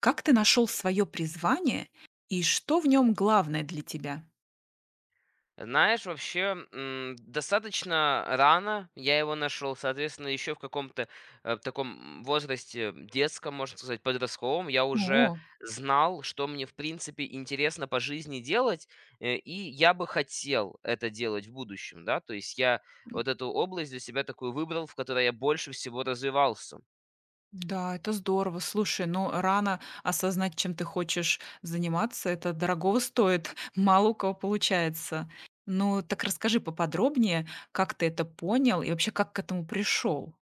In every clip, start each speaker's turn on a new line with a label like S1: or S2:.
S1: Как ты нашел свое призвание и что в нем главное для тебя?
S2: Знаешь, вообще, достаточно рано я его нашел, соответственно, еще в каком-то таком возрасте детском, можно сказать, подростковом, я уже
S1: О.
S2: знал, что мне, в принципе, интересно по жизни делать, и я бы хотел это делать в будущем, да, то есть я
S1: М.
S2: вот эту область для себя такую выбрал, в которой я больше всего развивался.
S1: Да, это здорово. Слушай, ну рано осознать, чем ты хочешь заниматься, это дорогого стоит, мало у кого получается. Ну, так расскажи поподробнее, как ты это понял и вообще как к этому пришел.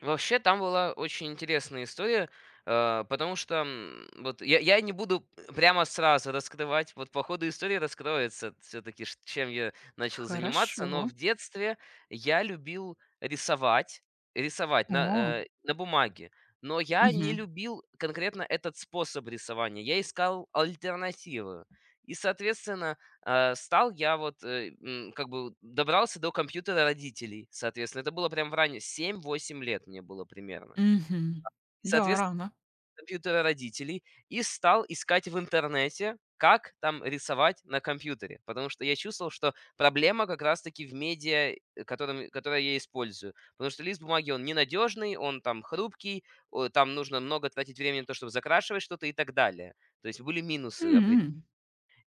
S2: Вообще, там была очень интересная история, потому что, вот я не буду прямо сразу раскрывать, вот по ходу истории раскроется все таки чем я начал заниматься, но
S1: Хорошо.
S2: в детстве я любил рисовать, рисовать на,
S1: О.
S2: э, на бумаге, но я не
S1: Мгм.
S2: любил конкретно этот способ рисования, я искал альтернативы. И, соответственно, стал я вот, как бы добрался до компьютера родителей, соответственно. Это было прям в ране, 7-8 лет мне было примерно.
S1: Мгм. Да,
S2: Соответственно,
S1: рано.
S2: компьютера родителей, и стал искать в интернете, как там рисовать на компьютере. Потому что я чувствовал, что проблема как раз-таки в медиа, которое я использую. Потому что лист бумаги, он ненадежный, он там хрупкий, там нужно много тратить времени на то, чтобы закрашивать что-то и так далее. То есть были минусы,
S1: М.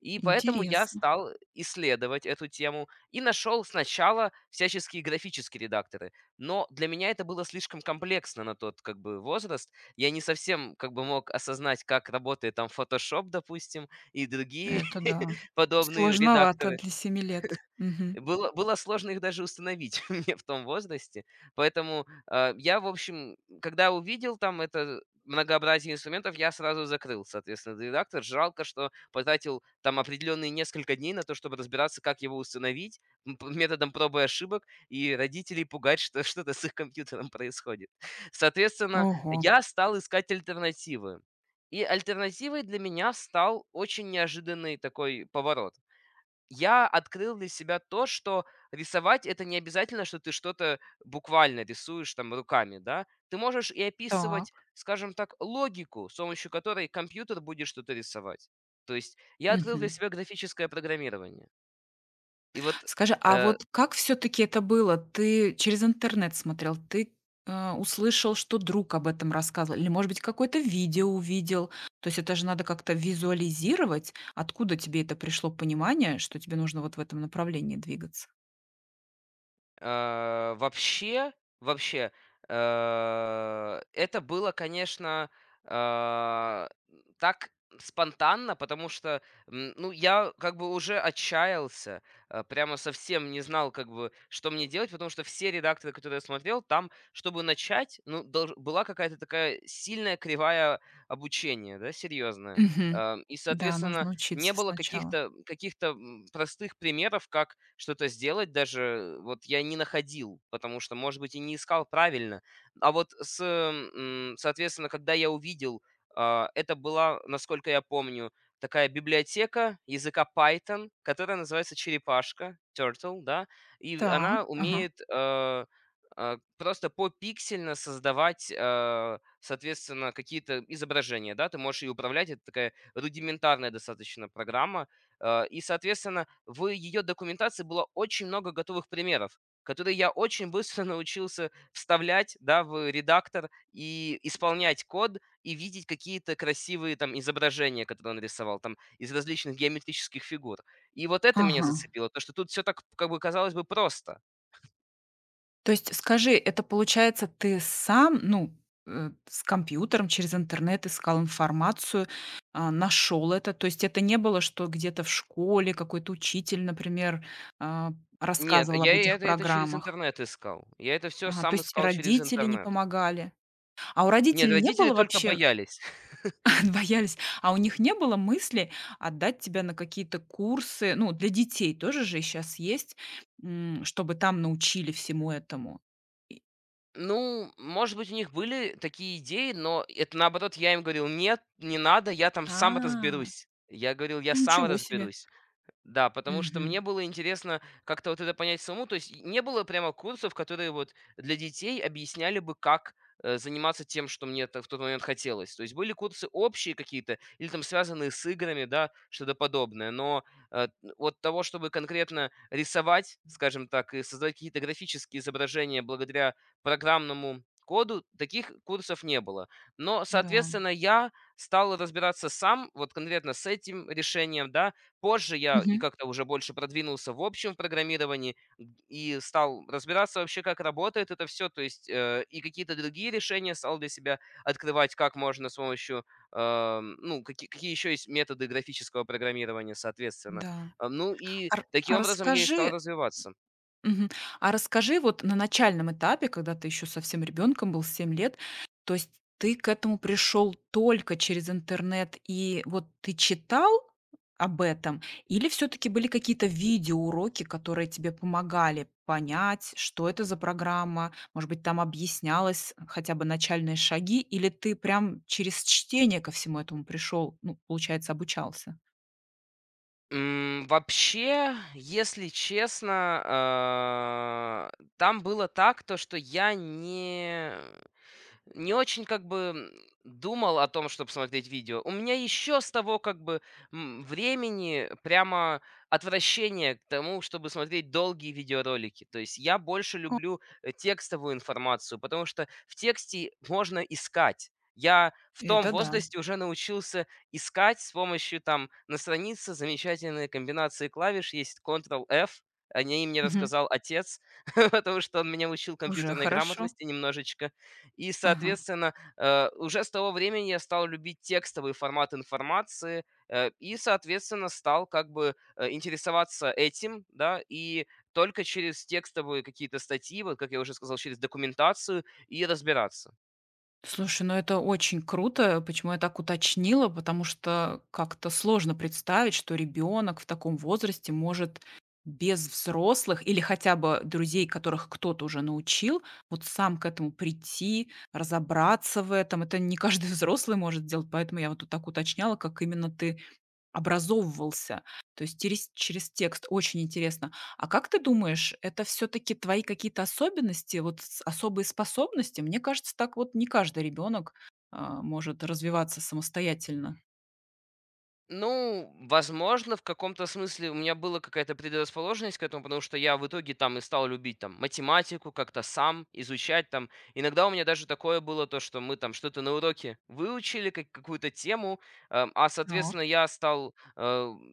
S2: и поэтому я
S1: Интересно.
S2: стал исследовать эту тему и нашел сначала всяческие графические редакторы. Но для меня это было слишком комплексно на тот как бы возраст. Я не совсем как бы мог осознать, как работает там Photoshop, допустим, и другие
S1: Это да.
S2: подобные
S1: Сложновато
S2: редакторы.
S1: для 7 лет. Мгм.
S2: Было сложно их даже установить мне в том возрасте. Поэтому, я, в общем, когда увидел там это многообразие инструментов, я сразу закрыл, соответственно, этот редактор. Жалко, что потратил там определенные несколько дней на то, чтобы разбираться, как его установить, м, п методом проб и ошибок, и родителей пугать, что что-то с их компьютером происходит. Соответственно,
S1: Ого.
S2: я стал искать альтернативы. И альтернативой для меня стал очень неожиданный такой поворот. Я открыл для себя то, что рисовать — это не обязательно, что ты что-то буквально рисуешь там руками, да. Ты можешь и
S1: Так.
S2: описывать, скажем так, логику, с помощью которой компьютер будет что-то рисовать. То есть я открыл для
S1: Мгм.
S2: себя графическое программирование. И вот,
S1: Скажи, а
S2: э,
S1: вот как все таки это было? Ты через интернет смотрел, ты услышал, что друг об этом рассказывал, или, может быть, какое-то видео увидел? То есть это же надо как-то визуализировать. Откуда тебе это пришло понимание, что тебе нужно вот в этом направлении двигаться?
S2: Э, вообще, вообще, это было, конечно, а, так спонтанно, потому что, ну, я как бы уже отчаялся, прямо совсем не знал, как бы, что мне делать, потому что все редакторы, которые я смотрел, там, чтобы начать, ну, была какая-то такая сильная кривая обучения, да, серьезная.
S1: Мгм.
S2: И,
S1: Да,
S2: соответственно,
S1: нужно
S2: не
S1: учиться
S2: было
S1: сначала.
S2: каких-то простых примеров, как что-то сделать даже. Вот я не находил, потому что, может быть, и не искал правильно. Соответственно, когда я увидел, это была, насколько я помню, такая библиотека языка Python, которая называется черепашка, Turtle, да, и
S1: Так.
S2: она
S1: Ага.
S2: умеет, просто попиксельно создавать, соответственно, какие-то изображения, да. Ты можешь ее управлять. Это такая рудиментарная достаточно программа. И, соответственно, в ее документации было очень много готовых примеров, которые я очень быстро научился вставлять, да, в редактор и исполнять код, и видеть какие-то красивые там изображения, которые он рисовал, там из различных геометрических фигур. И вот это меня
S1: Ага.
S2: зацепило, то, что тут все так, как бы, казалось бы, просто.
S1: То есть скажи, это получается, ты сам, ну, с компьютером через интернет искал информацию, а, нашел это? То есть это не было, что где-то в школе какой-то учитель, например, а,
S2: Нет,
S1: рассказывал об
S2: я и
S1: этих
S2: это через
S1: программах?
S2: интернет искал. Я это все
S1: Ага, то
S2: сам
S1: есть
S2: искал через
S1: родители не
S2: интернет.
S1: помогали. А у
S2: Нет,
S1: родителей не
S2: родители
S1: было
S2: только
S1: вообще.
S2: боялись.
S1: Боялись, а у них не было мысли отдать тебя на какие-то курсы, ну, для детей тоже же сейчас есть, м, чтобы там научили всему этому? И
S2: Ну, может быть, у них были такие идеи, но это наоборот я им говорил: «Нет, не надо, я там сам
S1: а.
S2: разберусь». Я говорил: «Я
S1: Ну,
S2: сам
S1: ничего себе.
S2: разберусь». Да, потому что
S1: Мгм.
S2: мне было интересно как-то вот это понять самому. То есть не было прямо курсов, которые вот для детей объясняли бы, как заниматься тем, что мне в тот момент хотелось. То есть были курсы общие какие-то или там связанные с играми, да, что-то подобное. Но э, вот того, чтобы конкретно рисовать, скажем так, и создавать какие-то графические изображения благодаря программному коду, таких курсов не было. Но,
S1: Да.
S2: соответственно, я стал разбираться сам вот конкретно с этим решением, да. Позже я и
S1: Мгм.
S2: как-то уже больше продвинулся в общем в программировании, г и стал разбираться вообще, как работает это все, то есть, и какие-то другие решения стал для себя открывать, как можно с помощью, ну, какие еще есть методы графического программирования, соответственно.
S1: Да.
S2: Ну и
S1: А р а
S2: таким образом я и
S1: расскажи,
S2: стал развиваться.
S1: Мгм. А расскажи, вот на начальном этапе, когда ты еще совсем ребенком был, 7 лет, то есть ты к этому пришел только через интернет, и вот ты читал об этом, или все-таки были какие-то видеоуроки, которые тебе помогали понять, что это за программа, может быть, там объяснялось хотя бы начальные шаги, или ты прям через чтение ко всему этому пришел, ну, получается, обучался?
S2: Вообще, если честно, там было так, то что я не очень как бы думал о том, чтобы смотреть видео. У меня еще с того как бы времени прямо отвращение к тому, чтобы смотреть долгие видеоролики. То есть я больше
S1: О.
S2: люблю текстовую информацию, потому что в тексте можно искать. Я в том
S1: Это да.
S2: возрасте уже научился искать с помощью там на странице замечательные комбинации клавиш. Есть Ctrl-F, о ней мне
S1: Мгм.
S2: рассказал отец, потому что он меня учил
S1: Уже
S2: компьютерной
S1: хорошо.
S2: грамотности немножечко. И,
S1: Ага.
S2: соответственно, уже с того времени я стал любить текстовый формат информации, и, соответственно, стал как бы интересоваться этим, да, и только через текстовые какие-то статьи, вот как я уже сказал, через документацию и разбираться.
S1: Слушай, ну это очень круто. Почему я так уточнила? Потому что как-то сложно представить, что ребенок в таком возрасте может без взрослых или хотя бы друзей, которых кто-то уже научил, вот сам к этому прийти, разобраться в этом. Это не каждый взрослый может сделать, поэтому я вот тут так уточняла, как именно ты образовывался, то есть терес через текст. Очень интересно. А как ты думаешь, это все таки твои какие-то особенности, вот с особые способности? Мне кажется, так вот не каждый ребенок а, может развиваться самостоятельно.
S2: Ну, возможно, в каком-то смысле у меня была какая-то предрасположенность к этому, потому что я в итоге там и стал любить там математику, как-то сам изучать там. Иногда у меня даже такое было, то что мы там что-то на уроке выучили, как, какую-то тему,
S1: Так.
S2: соответственно, я стал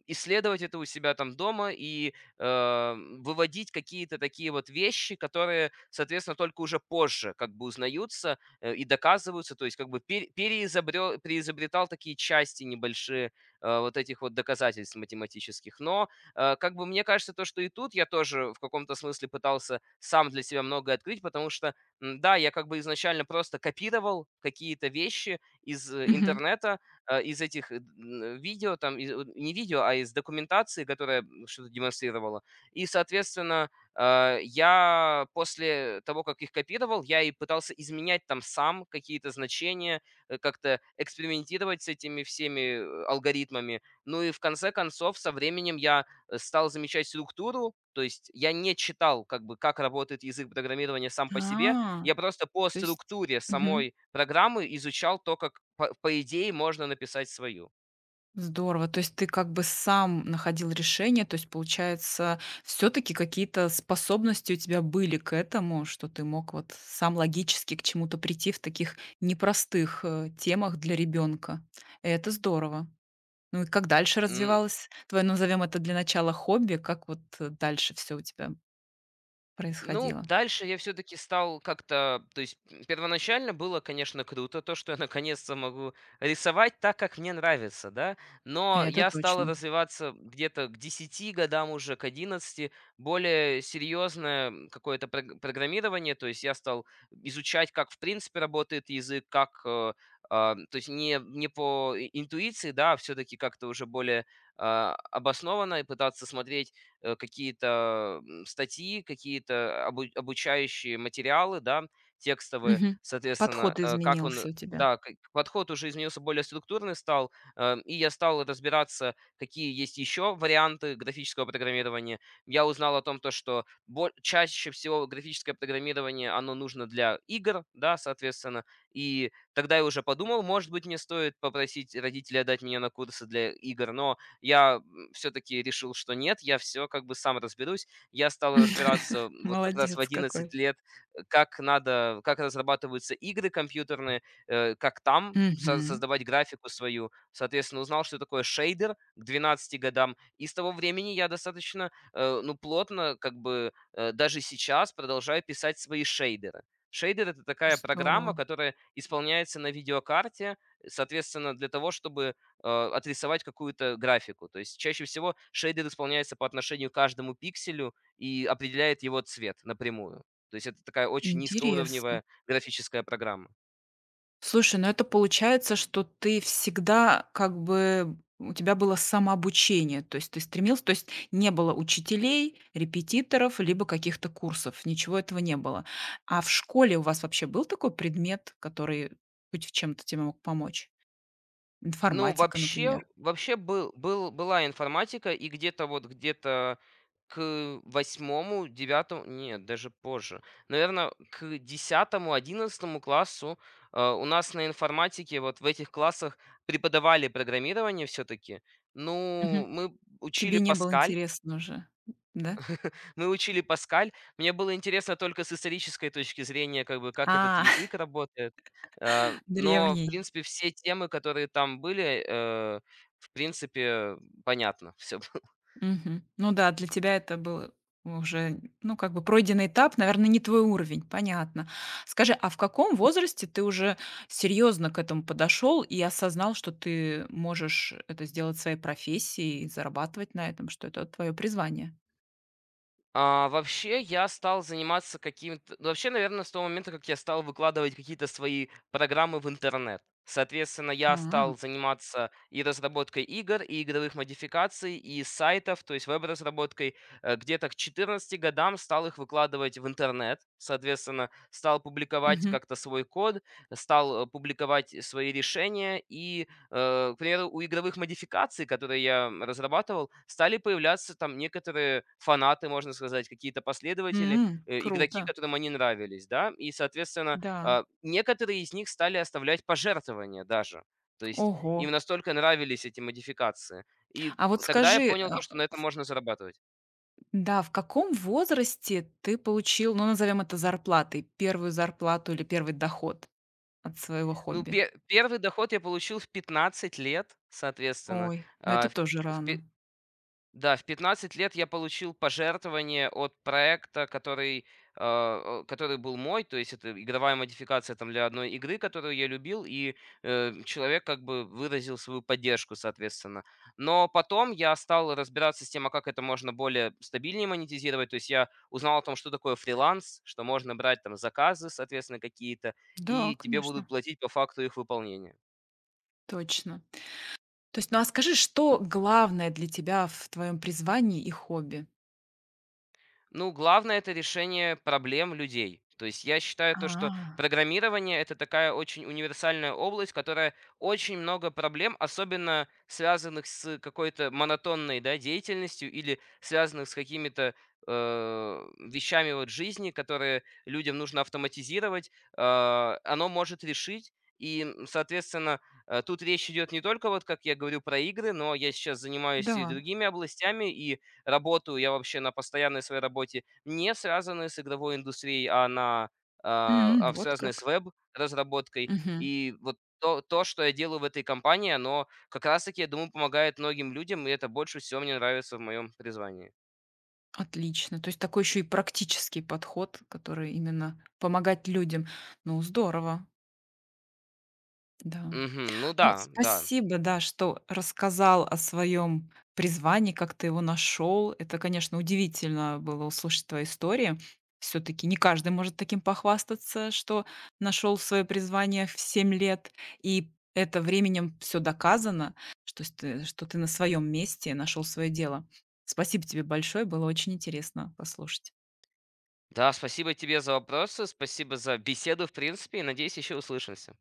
S2: исследовать это у себя там дома и выводить какие-то такие вот вещи, которые, соответственно, только уже позже как бы узнаются и доказываются, то есть как бы переизобретал такие части небольшие вот этих вот доказательств математических. Но как бы мне кажется, то, что и тут я тоже в каком-то смысле пытался сам для себя многое открыть, потому что, да, я как бы изначально просто копировал какие-то вещи из
S1: Мгм.
S2: интернета, из этих видео, там, не видео, а из документации, которая что-то демонстрировала. И, соответственно, я после того, как их копировал, я и пытался изменять там сам какие-то значения, как-то экспериментировать с этими всеми алгоритмами. Ну и в конце концов, со временем я стал замечать структуру, то есть я не читал, как бы, как работает язык программирования сам по себе,
S1: А,
S2: я просто по
S1: то есть.
S2: структуре
S1: Мгм.
S2: самой программы изучал то, как, по идее, можно написать свою.
S1: Здорово. То есть ты как бы сам находил решение. То есть, получается, все таки какие-то способности у тебя были к этому, что ты мог вот сам логически к чему-то прийти в таких непростых, темах для ребенка. Это здорово. Ну и как дальше
S2: М,
S1: развивалось твое, назовем это для начала, хобби? Как вот, дальше все у тебя
S2: Ну,
S1: происходило?
S2: дальше я все-таки стал как-то, то есть первоначально было, конечно, круто то, что я наконец-то могу рисовать так, как мне нравится, да, но
S1: Это
S2: я стал
S1: точно.
S2: развиваться где-то к 10 годам уже, к 11 более серьезное какое-то программирование, то есть я стал изучать, как в принципе работает язык, как, то есть не по интуиции, да, а все-таки как-то уже более обоснованно, и пытаться смотреть какие-то статьи, какие-то обучающие материалы, да, текстовые,
S1: Мгм.
S2: соответственно,
S1: Подход
S2: э, как он,
S1: изменился у тебя.
S2: да, к- подход уже изменился, более структурный стал, и я стал разбираться, какие есть еще варианты графического программирования. Я узнал о том, то, что чаще всего графическое программирование, оно нужно для игр, да, соответственно, и тогда я уже подумал, может быть, мне стоит попросить родителей отдать меня на курсы для игр, но я все-таки решил, что нет, я все как бы сам разберусь. Я стал разбираться вот как раз в
S1: Молодец какой.
S2: 11 лет, как надо, как разрабатываются игры компьютерные, как там
S1: Мгм.
S2: создавать графику свою. Соответственно, узнал, что такое шейдер, к 12 годам. И с того времени я достаточно, ну, плотно, как бы, даже сейчас продолжаю писать свои шейдеры. Шейдер — это такая программа,
S1: Здорово.
S2: которая исполняется на видеокарте, соответственно, для того, чтобы отрисовать какую-то графику. То есть чаще всего шейдер исполняется по отношению к каждому пикселю и определяет его цвет напрямую. То есть это такая очень
S1: Интересно.
S2: низкоуровневая графическая программа.
S1: Слушай, ну это получается, что ты всегда как бы у тебя было самообучение, то есть ты стремился, то есть не было учителей, репетиторов, либо каких-то курсов, ничего этого не было. А в школе у вас вообще был такой предмет, который хоть в чем-то тебе мог помочь?
S2: Ну,
S1: Информатика,
S2: вообще
S1: например.
S2: вообще была информатика, и где-то к восьмому, девятому, нет, даже позже, наверное, к десятому, одиннадцатому классу, у нас на информатике вот в этих классах преподавали программирование все таки
S1: Мгм.
S2: Ну, мы
S1: Тебе
S2: учили
S1: не было
S2: Паскаль.
S1: интересно уже, да?
S2: Мы учили Паскаль. Мне было интересно только с исторической точки зрения, как бы, как этот
S1: А,
S2: язык работает. Но, в
S1: древний.
S2: принципе, все темы, которые там были, в принципе, понятно. Все.
S1: Мгм. Ну да, для тебя это был уже, ну, как бы пройденный этап, наверное, не твой уровень, понятно. Скажи, а в каком возрасте ты уже серьезно к этому подошел и осознал, что ты можешь это сделать своей профессией и зарабатывать на этом, что это твое призвание?
S2: Вообще, я стал заниматься каким-то, ну, вообще, наверное, с того момента, как я стал выкладывать какие-то свои программы в интернет. Соответственно,
S1: А,
S2: я стал заниматься и разработкой игр, и игровых модификаций, и сайтов, то есть веб-разработкой. Где-то к 14 годам стал их выкладывать в интернет. Соответственно, стал публиковать
S1: мгм.
S2: как-то свой код, стал, публиковать свои решения, и, к примеру, у игровых модификаций, которые я разрабатывал, стали появляться там некоторые фанаты, можно сказать, какие-то последователи,
S1: М,
S2: игроки,
S1: круто,
S2: которым они нравились, да, и, соответственно,
S1: да.
S2: некоторые из них стали оставлять пожертвования даже. То есть
S1: Ого.
S2: им настолько нравились эти модификации. И
S1: А вот
S2: тогда я
S1: скажи,
S2: понял то,
S1: а,
S2: что на этом можно зарабатывать.
S1: да, в каком возрасте ты получил, ну, назовем это зарплатой, первую зарплату или первый доход от своего
S2: Ну,
S1: хобби?
S2: первый доход я получил в 15 лет, соответственно.
S1: Ой, ну это
S2: А, в
S1: тоже
S2: в пе-
S1: рано.
S2: Да, в 15 лет я получил пожертвование от проекта, который был мой, то есть это игровая модификация там для одной игры, которую я любил, и человек как бы выразил свою поддержку, соответственно. Но потом я стал разбираться с тем, а как это можно более стабильнее монетизировать, то есть я узнал о том, что такое фриланс, что можно брать там заказы, соответственно, какие-то,
S1: Да,
S2: и тебе
S1: конечно,
S2: будут платить по факту их выполнения.
S1: точно. То есть, ну а скажи, что главное для тебя в твоем призвании и хобби?
S2: Ну, главное — это решение проблем людей. То есть я считаю то, что
S1: А,
S2: программирование — это такая очень универсальная область, которая очень много проблем, особенно связанных с какой-то монотонной, да, деятельностью, или связанных с какими-то вещами вот жизни, которые людям нужно автоматизировать, э, оно может решить. И, соответственно, тут речь идет не только, вот как я говорю, про игры, но я сейчас занимаюсь и
S1: да.
S2: другими областями, и работаю я вообще на постоянной своей работе, не связанной с игровой индустрией, а на,
S1: М, вот
S2: связанной с
S1: как.
S2: веб-разработкой.
S1: Мгм.
S2: И вот то, что я делаю в этой компании, оно как раз-таки, я думаю, помогает многим людям, и это больше всего мне нравится в моем призвании.
S1: Отлично. То есть такой еще и практический подход, который именно помогать людям. Ну, здорово, да.
S2: Мгм. Ну
S1: Ну,
S2: да, да.
S1: спасибо, да, что рассказал о своем призвании, как ты его нашел. Это, конечно, удивительно было услышать твои истории. Все-таки не каждый может таким похвастаться, что нашел свое призвание в 7 лет. И это временем все доказано, что с- ты, что ты на своем месте нашел свое дело. Спасибо тебе большое, было очень интересно послушать.
S2: Да, спасибо тебе за вопросы, спасибо за беседу, в принципе, и надеюсь, еще услышимся.